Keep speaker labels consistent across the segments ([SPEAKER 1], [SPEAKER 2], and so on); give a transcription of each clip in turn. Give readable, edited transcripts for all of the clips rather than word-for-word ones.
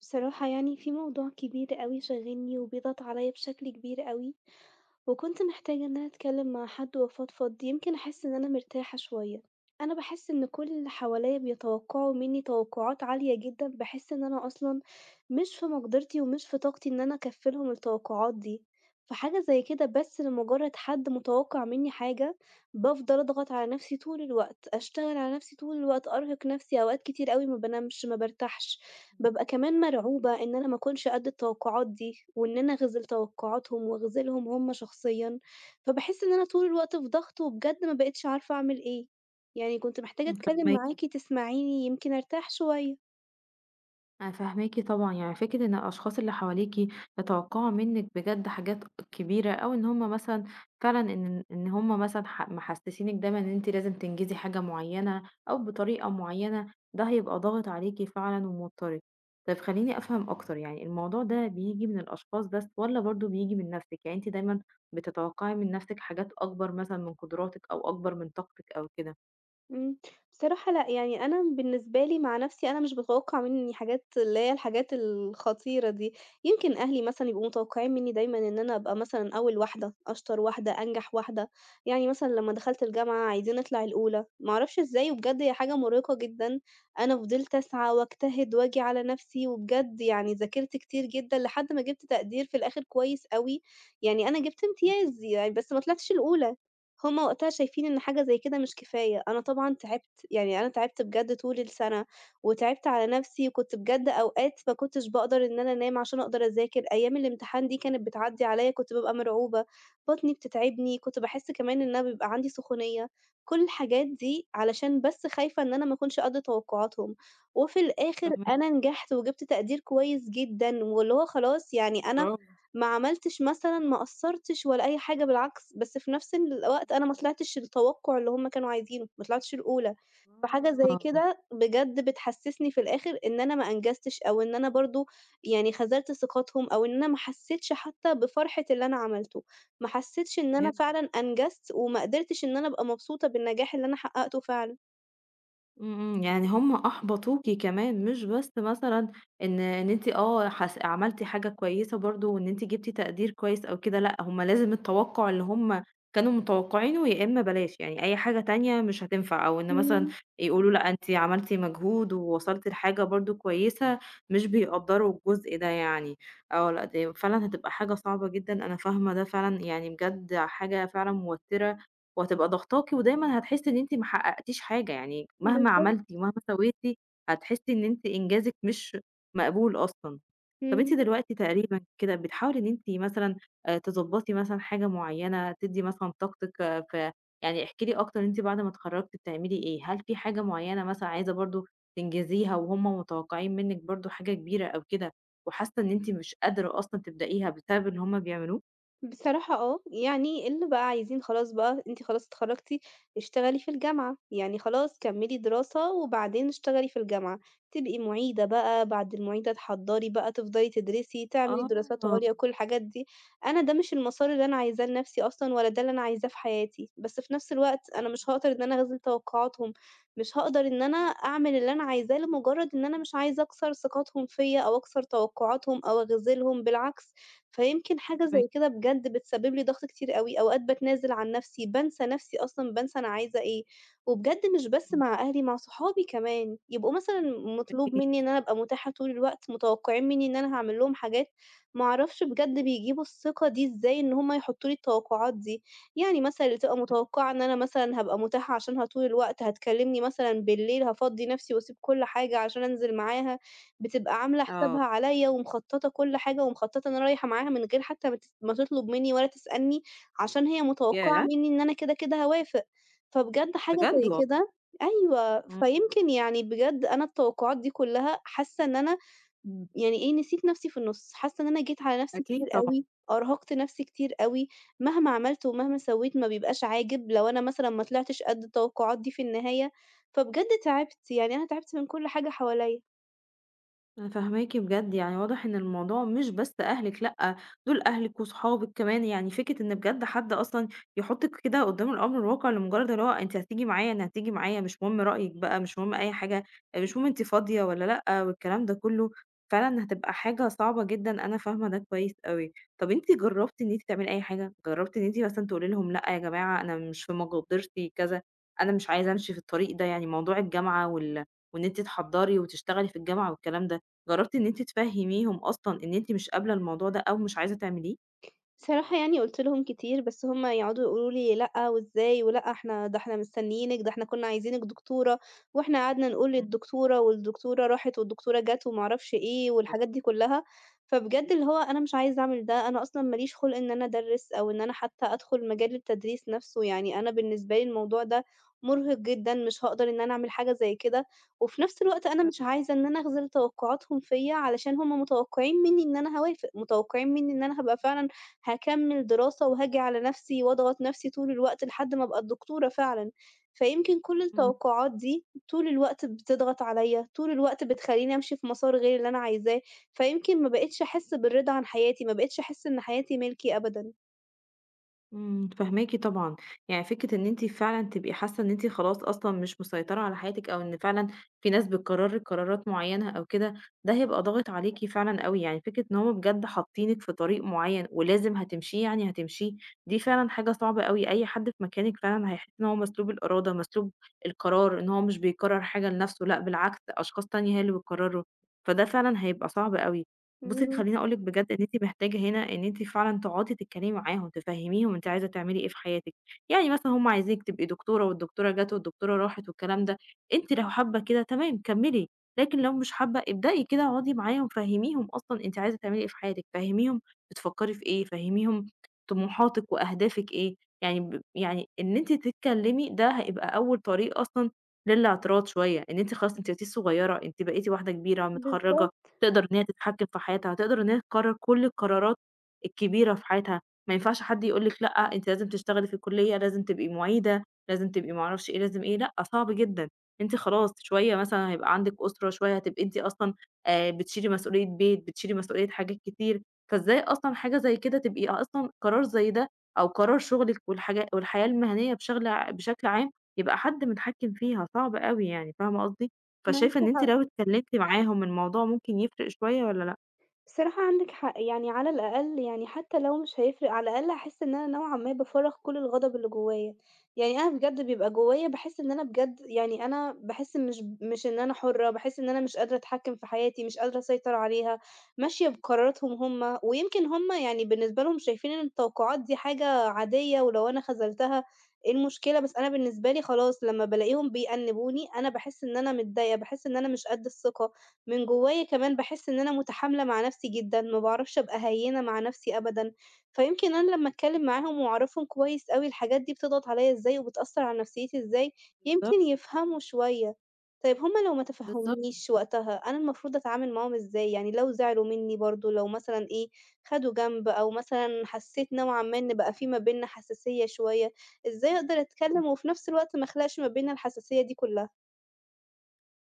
[SPEAKER 1] بصراحة يعني في موضوع كبير أوي شاغلني وبيضغط عليا بشكل كبير أوي، وكنت محتاجة إن أنا أتكلم مع حد وأفضفض يمكن أحس إن أنا مرتاحة شوية. أنا باحس إن كل اللي حواليا بيتوقعوا مني توقعات عالية جدًا، باحس إن أنا أصلًا مش في مقدرتي ومش في طاقتي إن أنا أكفّي لهم التوقعات دي. فحاجة زي كده بس لمجرد حد متوقع مني حاجة، بافضل أضغط على نفسي طول الوقت، أشتغل على نفسي طول الوقت، أرهق نفسي، أوقات كتير أوي ما بانامش، ما بارتاحش.
[SPEAKER 2] إمم،
[SPEAKER 1] بابقى كمان مرعوبة إن أنا ما أكونش قد التوقعات دي، وإن أنا أخذل توقعاتهم وأخذلهم هم شخصيًا، فباحس إن أنا طول الوقت في ضغط وبجد ما بقيتش عارفة أعمل إيه، يعني كنت محتاجة
[SPEAKER 2] إمم،
[SPEAKER 1] أتكلم
[SPEAKER 2] فاهماكِ،
[SPEAKER 1] معاكِ تسمعيني يمكن أرتاح شوية.
[SPEAKER 2] أنا فاهماكِ طبعًا، يعني فكرة إن الأشخاص اللي حواليكِ يتوقعوا منِّك بجد حاجات كبيرة، أو إن هُم مثلًا فعلًا إن هُم مثلًا محسسينِك دايمًا إن أنتِ لازم تنجزي حاجة معيّنة أو بطريقة معيّنة، ده هيبقى ضاغط عليكِ فعلًا وموتّرِك. طيب خلّيني أفهم أكتر، يعني الموضوع ده بييجي من الأشخاص بس والّا برضه بييجي من نَفْسِك؟ يعني أنتِ دايمًا بتتوقعي من نَفْسِك حاجات أكبر مثلًا من قدراتِك أو أكبر من طاقتِك أو كده؟
[SPEAKER 1] إمم، بصراحة لأ، يعني أنا بالنسبة لي مع نَفْسي أنا مش باتوقّع منّي حاجات اللي هي الحاجات الخطيرة دي، يمكن أهلي مثلًا يبقوا متوقّعين منّي دايمًا إن أنا أبقى مثلًا أول واحدة، أشطر واحدة، أنجح واحدة، يعني مثلًا لمّا دخلت الجامعة عايزين أطلع الأولى، ما أعرفش إزاي وبجد هي حاجة مُرهقة جدًا، أنا فضلت أسعى وأجتهد وآجي على نَفْسي وبجد يعني ذاكرت كتير جدًا لحد ما جِبت تقدير في الآخِر كويس أوي، يعني أنا جِبت امتياز يعني بس ما طلعتش الأولى. هُم وقتها شايفين إن حاجة زي كده مش كفاية، أنا طبعًا تعبت، يعني أنا تعبت بجد طول السَنة، وتعبت على نَفْسي، وكنت بجد أوقات ما كنتش باقدر إن أنا أنام عشان أقدر أذاكر، أيام الامتحان دي كانت بتعدّي عليّا كنت بابقى مرعوبة، بطني بتتعبني، كنت باحس كمان إن أنا بيبقى عندي سخونية، كل الحاجات دي علشان بس خايفة إن أنا ما أكونش قد توقعاتهم، وفي الآخر
[SPEAKER 2] فاهماكِ،
[SPEAKER 1] أنا نجحت وجِبت تقدير كويس جدًا، واللي هو خلاص يعني أنا
[SPEAKER 2] برافو.
[SPEAKER 1] ما عملتش مثلًا ما قصّرتش ولا أي حاجة بالعكس، بس في نفس الوقت أنا ما طلعتش التوقُّع اللي هُم كانوا عايزينه، ما طلعتش الأولى، فحاجة زي
[SPEAKER 2] آه.
[SPEAKER 1] كده بجد بتحسّسني في الآخِر إن أنا ما أنجزتش أو إن أنا برضه يعني خذلت ثقتهم أو إن أنا ما حسّيتش حتّى بفرحة اللي أنا عملته، ما حسّيتش إن أنا
[SPEAKER 2] فهمتِك،
[SPEAKER 1] فعلًا أنجزت وما قدرتش إن أنا أبقى مبسوطة بالنجاح اللي أنا حقّقته فعلًا.
[SPEAKER 2] إمم، إمم، يعني هم أحبطوكِ كمان مش بس مثلًا إن أنتِ آه عملتِ حاجة كويسة برضه وإن أنتِ جبتِ تقدير كويس أو كده، لأ هم لازم التوقُّع اللي هم كانوا متوقعينه يا إما بلاش، يعني أي حاجة تانية مش هتنفع، أو إن مثلًا
[SPEAKER 1] إمم،
[SPEAKER 2] يقولوا لأ أنتِ عملتِ مجهود ووصلتِ لحاجة برضه كويسة، مش بيقدّروا الجزء ده يعني، آه لأ دي فعلًا هتبقى حاجة صعبة جدًا، أنا فاهمة ده فعلًا يعني بجد حاجة فعلًا موتِّرة وهتبقى ضاغطاكِ ودايمًا هتحسّي إن أنتِ ما حققتيش حاجة، يعني مهما
[SPEAKER 1] بالضبط،
[SPEAKER 2] عملتِ ومهما سويتِ هتحسّي إن أنتِ إنجازِك مش مقبول أصلًا. طَب
[SPEAKER 1] إمم.
[SPEAKER 2] أنتِ دلوقتي تقريبًا كده بتحاولي إن أنتِ مثلًا تضبّطي مثلًا حاجة معيّنة، تدّي مثلًا طاقتِك في يعني احكي لي أكتر أنتِ بعد ما اتخرّجتِ بتعملي إيه؟ هل في حاجة معيّنة مثلًا عايزة برضه تنجزيها وهُم متوقّعين منِّك برضه حاجة كبيرة أو كده، وحاسّة إن أنتِ مش قادرة أصلًا تبدئيها بسبب اللي هُم بيعملوه؟
[SPEAKER 1] بصراحة آه، يعني اللي بقى عايزين خلاص بقى أنتِ خلاص اتخرّجتِ، اشتغلي في الجامعة، يعني خلاص كمّلي دراسة وبعدين اشتغلي في الجامعة، تبقي مُعيدة بقى، بعد المُعيدة تحضّري بقى، تفضلي تدرسي، تعملي دراسات عُليا
[SPEAKER 2] آه،
[SPEAKER 1] وكل الحاجات دي، أنا ده مش المسار اللي أنا عايزاه لنَفْسي أصلًا ولا ده اللي أنا عايزاه في حياتي، بس في نَفْس الوقت أنا مش هاقدر إن أنا أخذل توقُّعاتهم، مش هاقدر إن أنا أعمل اللي أنا عايزاه لمُجرّد إن أنا مش عايزة أكسر ثقتهم فيّا أو أكسر توقُّعاتهم أو أخذلهم، بالعكس. فيمكن حاجة
[SPEAKER 2] فاهماكِ،
[SPEAKER 1] زي كده بجد بتسبب لي ضغط كتير أوي، أوقات باتنازل عن نفسي، بانسى نفسي أصلًا، بانسى أنا عايزة إيه. وبجد مش بس
[SPEAKER 2] إمم،
[SPEAKER 1] مع أهلي، مع صحابي كمان، يبقوا مثلًا مطلوب
[SPEAKER 2] أكيد.
[SPEAKER 1] مني إن أنا أبقى متاحة طول الوقت، متوقعين مني إن أنا هاعمل لهم حاجات، ما أعرفش بجد بيجيبوا الثقة دي إزاي إن هُم يحطوا لي التوقعات دي. يعني مثلًا اللي تبقى
[SPEAKER 2] إمم.
[SPEAKER 1] متوقعة إن أنا مثلًا هابقى متاحة عشانها طول الوقت، هتكلمني مثلًا بالليل، هافضّي نفسي وأسيب كل حاجة عشان أنزل معاها. بتبقى عاملة حسابها
[SPEAKER 2] آه،
[SPEAKER 1] عليَّ ومخططة كل حاجة، ومخططة إن أنا رايحة معاها من غير حتى ما تطلب منّي ولا تسألني، عشان هي متوقعة
[SPEAKER 2] ياه!
[SPEAKER 1] منّي إن أنا كده، كده هاوافق. فبجد حاجة
[SPEAKER 2] بجد
[SPEAKER 1] زي
[SPEAKER 2] والله!
[SPEAKER 1] كده أيوه،
[SPEAKER 2] إمم.
[SPEAKER 1] فيمكن يعني بجد أنا التوقعات دي كلها حاسة إن أنا يعني إيه، نسيت نفسي في النُص، حاسة إن أنا جيت على نفسي كتير
[SPEAKER 2] أكيد طبعًا.
[SPEAKER 1] أوي، أرهقت نفسي كتير أوي، مهما عملت ومهما سويت ما بيبقاش عاجب لو أنا مثلًا ما طلعتش قد التوقعات دي في النهاية، فبجد تعبت، يعني أنا تعبت من كل حاجة حواليّا.
[SPEAKER 2] أنا فاهماكِ بجد، يعني واضح إن الموضوع مش بس أهلِك لأ، دول أهلِك وصحابِك كمان، يعني فكرة إن بجد حد أصلًا يحطِّك كده قدّام الأمر الواقع لمجرد اللي هو أنتِ هتيجي معايا، أنا هتيجي معايا، مش مهم رأيِك بقى، مش مهم أي حاجة، مش مهم أنتِ فاضية والّا لأ، والكلام ده كله، فعلًا هتبقى حاجة صعبة جدًا، أنا فاهمة ده كويس أوي. طب أنتِ جربتِ إن أنتِ تعملي أي حاجة؟ جربتِ إن أنتِ مثلًا تقولي لهم لأ يا جماعة أنا مش في مقدرتي كذا، أنا مش عايزة أمشي في الطريق ده، يعني موضوع الجامعة وإن أنتِ تحضّري وتشتغلي في الجامعة والكلام ده، جربتِ إن أنتِ تفهميهم أصلًا إن أنتِ مش قابلة الموضوع ده أو مش عايزة تعمليه؟
[SPEAKER 1] بصراحة يعني قُلت لهم كتير، بس هُم يقعدوا يقولوا لي: "لأ، وإزاي، ولأ إحنا ده إحنا مستنيينِك، ده إحنا كنا عايزينِك دكتورة، وإحنا قعدنا نقول
[SPEAKER 2] إمم،
[SPEAKER 1] للدكتورة والدكتورة راحت والدكتورة جات وما أعرفش إيه."
[SPEAKER 2] آه،
[SPEAKER 1] والحاجات دي كلّها، فبجد اللي هو أنا مش عايزة أعمل ده، أنا أصلًا ما ليش خُلْق إن أنا أدرِّس أو إن أنا حتى أدخُل مجال التدريس نَفْسه، يعني أنا بالنسبة لي الموضوع ده مُرهِق جدًا، مش هاقدر إن أنا أعمل حاجة زي كده، وفي نَفْس الوقت أنا مش عايزة إن أنا أخذل توقعاتهم فيّا، علشان هُم متوقعين منّي إن أنا هاوافق، متوقعين منّي إن أنا هابقى فعلًا هاكمّل دراسة وهاجي على نَفْسي وأضغط نَفْسي طول الوقت لحد ما أبقى الدكتورة فعلًا، فيمكن كل
[SPEAKER 2] فاهمة.
[SPEAKER 1] التوقعات دي طول الوقت بتضغط عليّا، طول الوقت بتخلّيني أمشي في مسار غير اللي أنا عايزاه، فيمكن ما بقيتش أحِس بالرضا عن حياتي، ما بقيتش أحِس إن حياتي ملكي أبدًا.
[SPEAKER 2] إمم، فاهماكِ طبعًا، يعني فكرة إن أنتِ فعلًا تبقي حاسة إن أنتِ خلاص أصلًا مش مسيطرة على حياتِك، أو إن فعلًا في ناس بتقرر لِك قرارات معيّنة أو كده، ده هيبقى ضاغط عليكِ فعلًا أوي، يعني فكرة إن هُم بجد حاطينِك في طريق معيّن ولازم هتمشيه يعني هتمشيه، دي فعلًا حاجة صعبة أوي، أي حد في مكانِك فعلًا هيحس إن هو مسلوب الإرادة، مسلوب القرار، إن هو مش بيقرر حاجة لنفسه، لأ بالعكس أشخاص تانية هي اللي بتقرره، فده فعلًا هيبقى صعب أوي. بُصّي
[SPEAKER 1] إمم،
[SPEAKER 2] خلّيني أقول لِك بجد إن أنتِ محتاجة هنا إن أنتِ فعلًا تقعدي تتكلمي معاهم، تفهّميهم أنتِ عايزة تعملي إيه في حياتِك، يعني مثلًا هُم عايزينِك تبقي دكتورة والدكتورة جات والدكتورة راحت والكلام ده، أنتِ لو حابة كده تمام كمّلي، لكن لو مش حابة ابدئي كده اقعدي معاهم فهّميهم أصلًا أنتِ عايزة تعملي إيه في حياتِك، فهّميهم بتفكّري في إيه، فهّميهم طموحاتِك وأهدافِك إيه، يعني يعني إن أنتِ تتكلمي ده هيبقى أول طريق أصلًا للاعتراض شوية، إن أنتِ خلاص أنتِ بقيتيش صغيرة، أنتِ بقيتِ واحدة كبيرة متخرّجة،
[SPEAKER 1] بالضبط،
[SPEAKER 2] تقدر إن هي تتحكم في حياتها، هتقدر إن هي تقرر كل القرارات الكبيرة في حياتها، ما ينفعش حد يقول لِك لأ، أنتِ لازم تشتغلي في الكلية، لازم تبقي معيدة، لازم تبقي ما أعرفش إيه، لازم إيه، لأ، صعب جدًا، أنتِ خلاص شوية مثلًا هيبقى عندِك أسرة، شوية هتبقي أنتِ أصلًا بتشيلي مسؤولية بيت، بتشيلي مسؤولية حاجات كتير، فإزاي أصلًا حاجة زي كده تبقي أصلًا قرار زي ده أو قرار شغلِك والحياة المهنية بشغل ع بشكل عام يبقى حد متحكم فيها، صعب أوي يعني، فاهمة قصدي؟ فشايفة إن
[SPEAKER 1] معاكِ
[SPEAKER 2] أنتِ
[SPEAKER 1] حق.
[SPEAKER 2] لو اتكلمتِ معاهم الموضوع ممكن يفرق شوية والّا لأ؟
[SPEAKER 1] بصراحة عندِك حق، يعني على الأقل يعني حتى لو مش هيفرق، على الأقل هاحس إن أنا نوعًا ما بافرّغ كل الغضب اللي جوايا، يعني أنا بجد بيبقى جوايا باحس إن أنا بجد يعني أنا باحس مش إن أنا حُرّة، باحس إن أنا مش قادرة أتحكّم في حياتي، مش قادرة أسيطر عليها، ماشية بقراراتهم هم، ويمكن هم يعني بالنسبة لهم شايفين إن التوقعات دي حاجة عادية، ولو أنا خذلتها إيه المشكلة؟ بس أنا بالنسبة لي خلاص لمّا بالاقيهم بيأنِّبوني، أنا باحس إن أنا متضايقة، باحس إن أنا مش قد الثقة، من جوايا كمان باحس إن أنا متحاملة مع نفسي جدًا، ما باعرفش أبقى هيِّنة مع نفسي أبدًا، فيمكن أنا لمّا أتكلم معاهم وأعرفهم كويس أوي الحاجات دي بتضغط عليَّ إزاي وبتأثر على نفسيتي إزاي،
[SPEAKER 2] بالضبط،
[SPEAKER 1] يمكن يفهموا شوية. طيب هُم لو ما
[SPEAKER 2] بالضبط،
[SPEAKER 1] تفهمونيش وقتها، أنا المفروض أتعامل معاهم إزاي؟ يعني لو زعلوا مني برضه، لو مثلًا إيه، خدوا جنب أو مثلًا حسيت نوعًا ما إن بقى
[SPEAKER 2] فاهماكِ.
[SPEAKER 1] في ما بيننا حساسية شوية، إزاي أقدر أتكلم وفي نفس الوقت ما أخلقش ما بيننا الحساسية دي كلها؟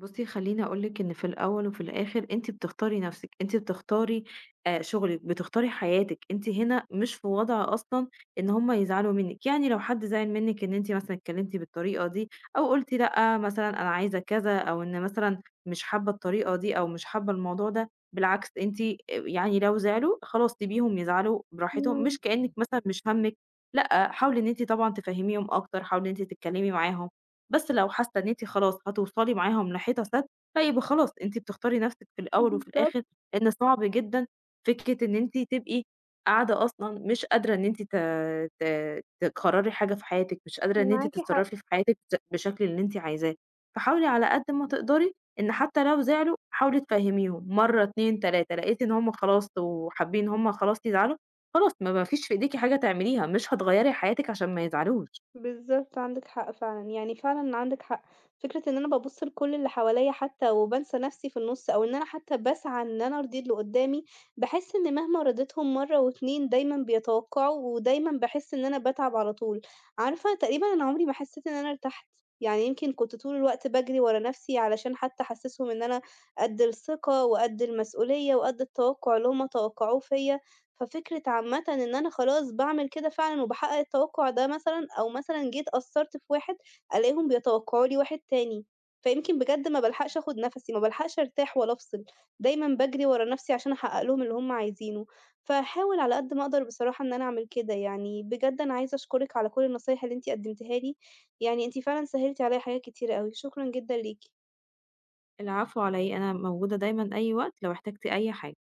[SPEAKER 2] بُصّي، خلّيني أقول لِك إن في الأول وفي الآخر أنتِ بتختاري نَفْسِك، أنتِ بتختاري شُغلِك، بتختاري حياتِك، أنتِ هنا مش في وضع أصلًا إن هم يزعلوا منِّك، يعني لو حد زعل منِّك إن أنتِ مثلًا اتكلمتِ بالطريقة دي أو قُلتِ لأ مثلًا أنا عايزة كذا أو إن مثلًا مش حابة الطريقة دي أو مش حابة الموضوع ده، بالعكس أنتِ يعني لو زعلوا خلاص سيبيهم يزعلوا براحتهم،
[SPEAKER 1] إمم،
[SPEAKER 2] مش كإنِّك مثلًا مش هَمِّك، لأ، حاولي إن أنتِ طبعًا تفهّميهم أكتر، حاولي إن أنتِ تتكلمي معاهم. بس لو حاسة إن أنتِ خلاص هتوصلي معاهم لحيطة سد، لأ يبقى خلاص أنتِ بتختاري نفسِك في الأول وفي
[SPEAKER 1] بالضبط،
[SPEAKER 2] الآخر، لإن صعب جدًا فكرة إن أنتِ تبقي قاعدة أصلًا مش قادرة إن أنتِ ت ت تقرري حاجة في حياتِك، مش قادرة إن أنتِ
[SPEAKER 1] معاكِ حق.
[SPEAKER 2] تتصرفي في حياتِك بالشكل اللي أنتِ عايزاه، فحاولي على قد ما تقدري إن حتى لو زعلوا حاولي تفهميهم مرة، 2، 3 لقيتِ إن هُم خلاص وحابين إن هُم خلاص يزعلوا، خلاص ما فيش في إيديكِ حاجة تعمليها، مش هتغيري حياتِك عشان ما يزعلوش.
[SPEAKER 1] بالضبط، عندِك حق فعلًا، يعني فعلًا عندِك حق. فكرة إن أنا بابُص لكل اللي حواليّا حتى وبانسى نَفْسي في النُص، أو إن أنا حتى باسعى إن أنا أرضي اللي قُدّامي، باحس إن مهما رضيتهم مرّة و2 دايمًا بيتوقّعوا، ودايمًا باحس إن أنا باتعب على طول. عارفة تقريبًا أنا عمري ما حسّيت إن أنا ارتحت، يعني يمكن كنت طول الوقت باجري ورا نَفْسي علشان حتى أحسّسهم إن أنا قد الثقة وقد المسؤولية وقد التوقُّع اللي هم توقّعوه فيّا، ففكرة عامةً إن أنا خلاص باعمل كده فعلًا وباحقق التوقُّع ده مثلًا أو مثلًا جيت قصّرت في واحد، ألاقيهم بيتوقّعوا لي واحد تاني، فيمكن بجد ما بالحقش آخُد نَفَسي، ما بالحقش أرتاح ولا أفصِل، دايمًا باجري ورا نَفْسي عشان أحقق لهم اللي هم عايزينه، فهاحاول على قد ما أقدر بصراحة إن أنا أعمل كده يعني، بجد أنا عايزة أشكرِك على كل النصايح اللي أنتِ قدّمتيها لي، يعني أنتِ فعلًا سهّلتِ عليّا حاجات كتيرة أوي، شكرًا جدًا ليكِ.
[SPEAKER 2] العفو على إيه، أنا موجودة دايمًا أي وقت لو احتجتِ أي حاجة.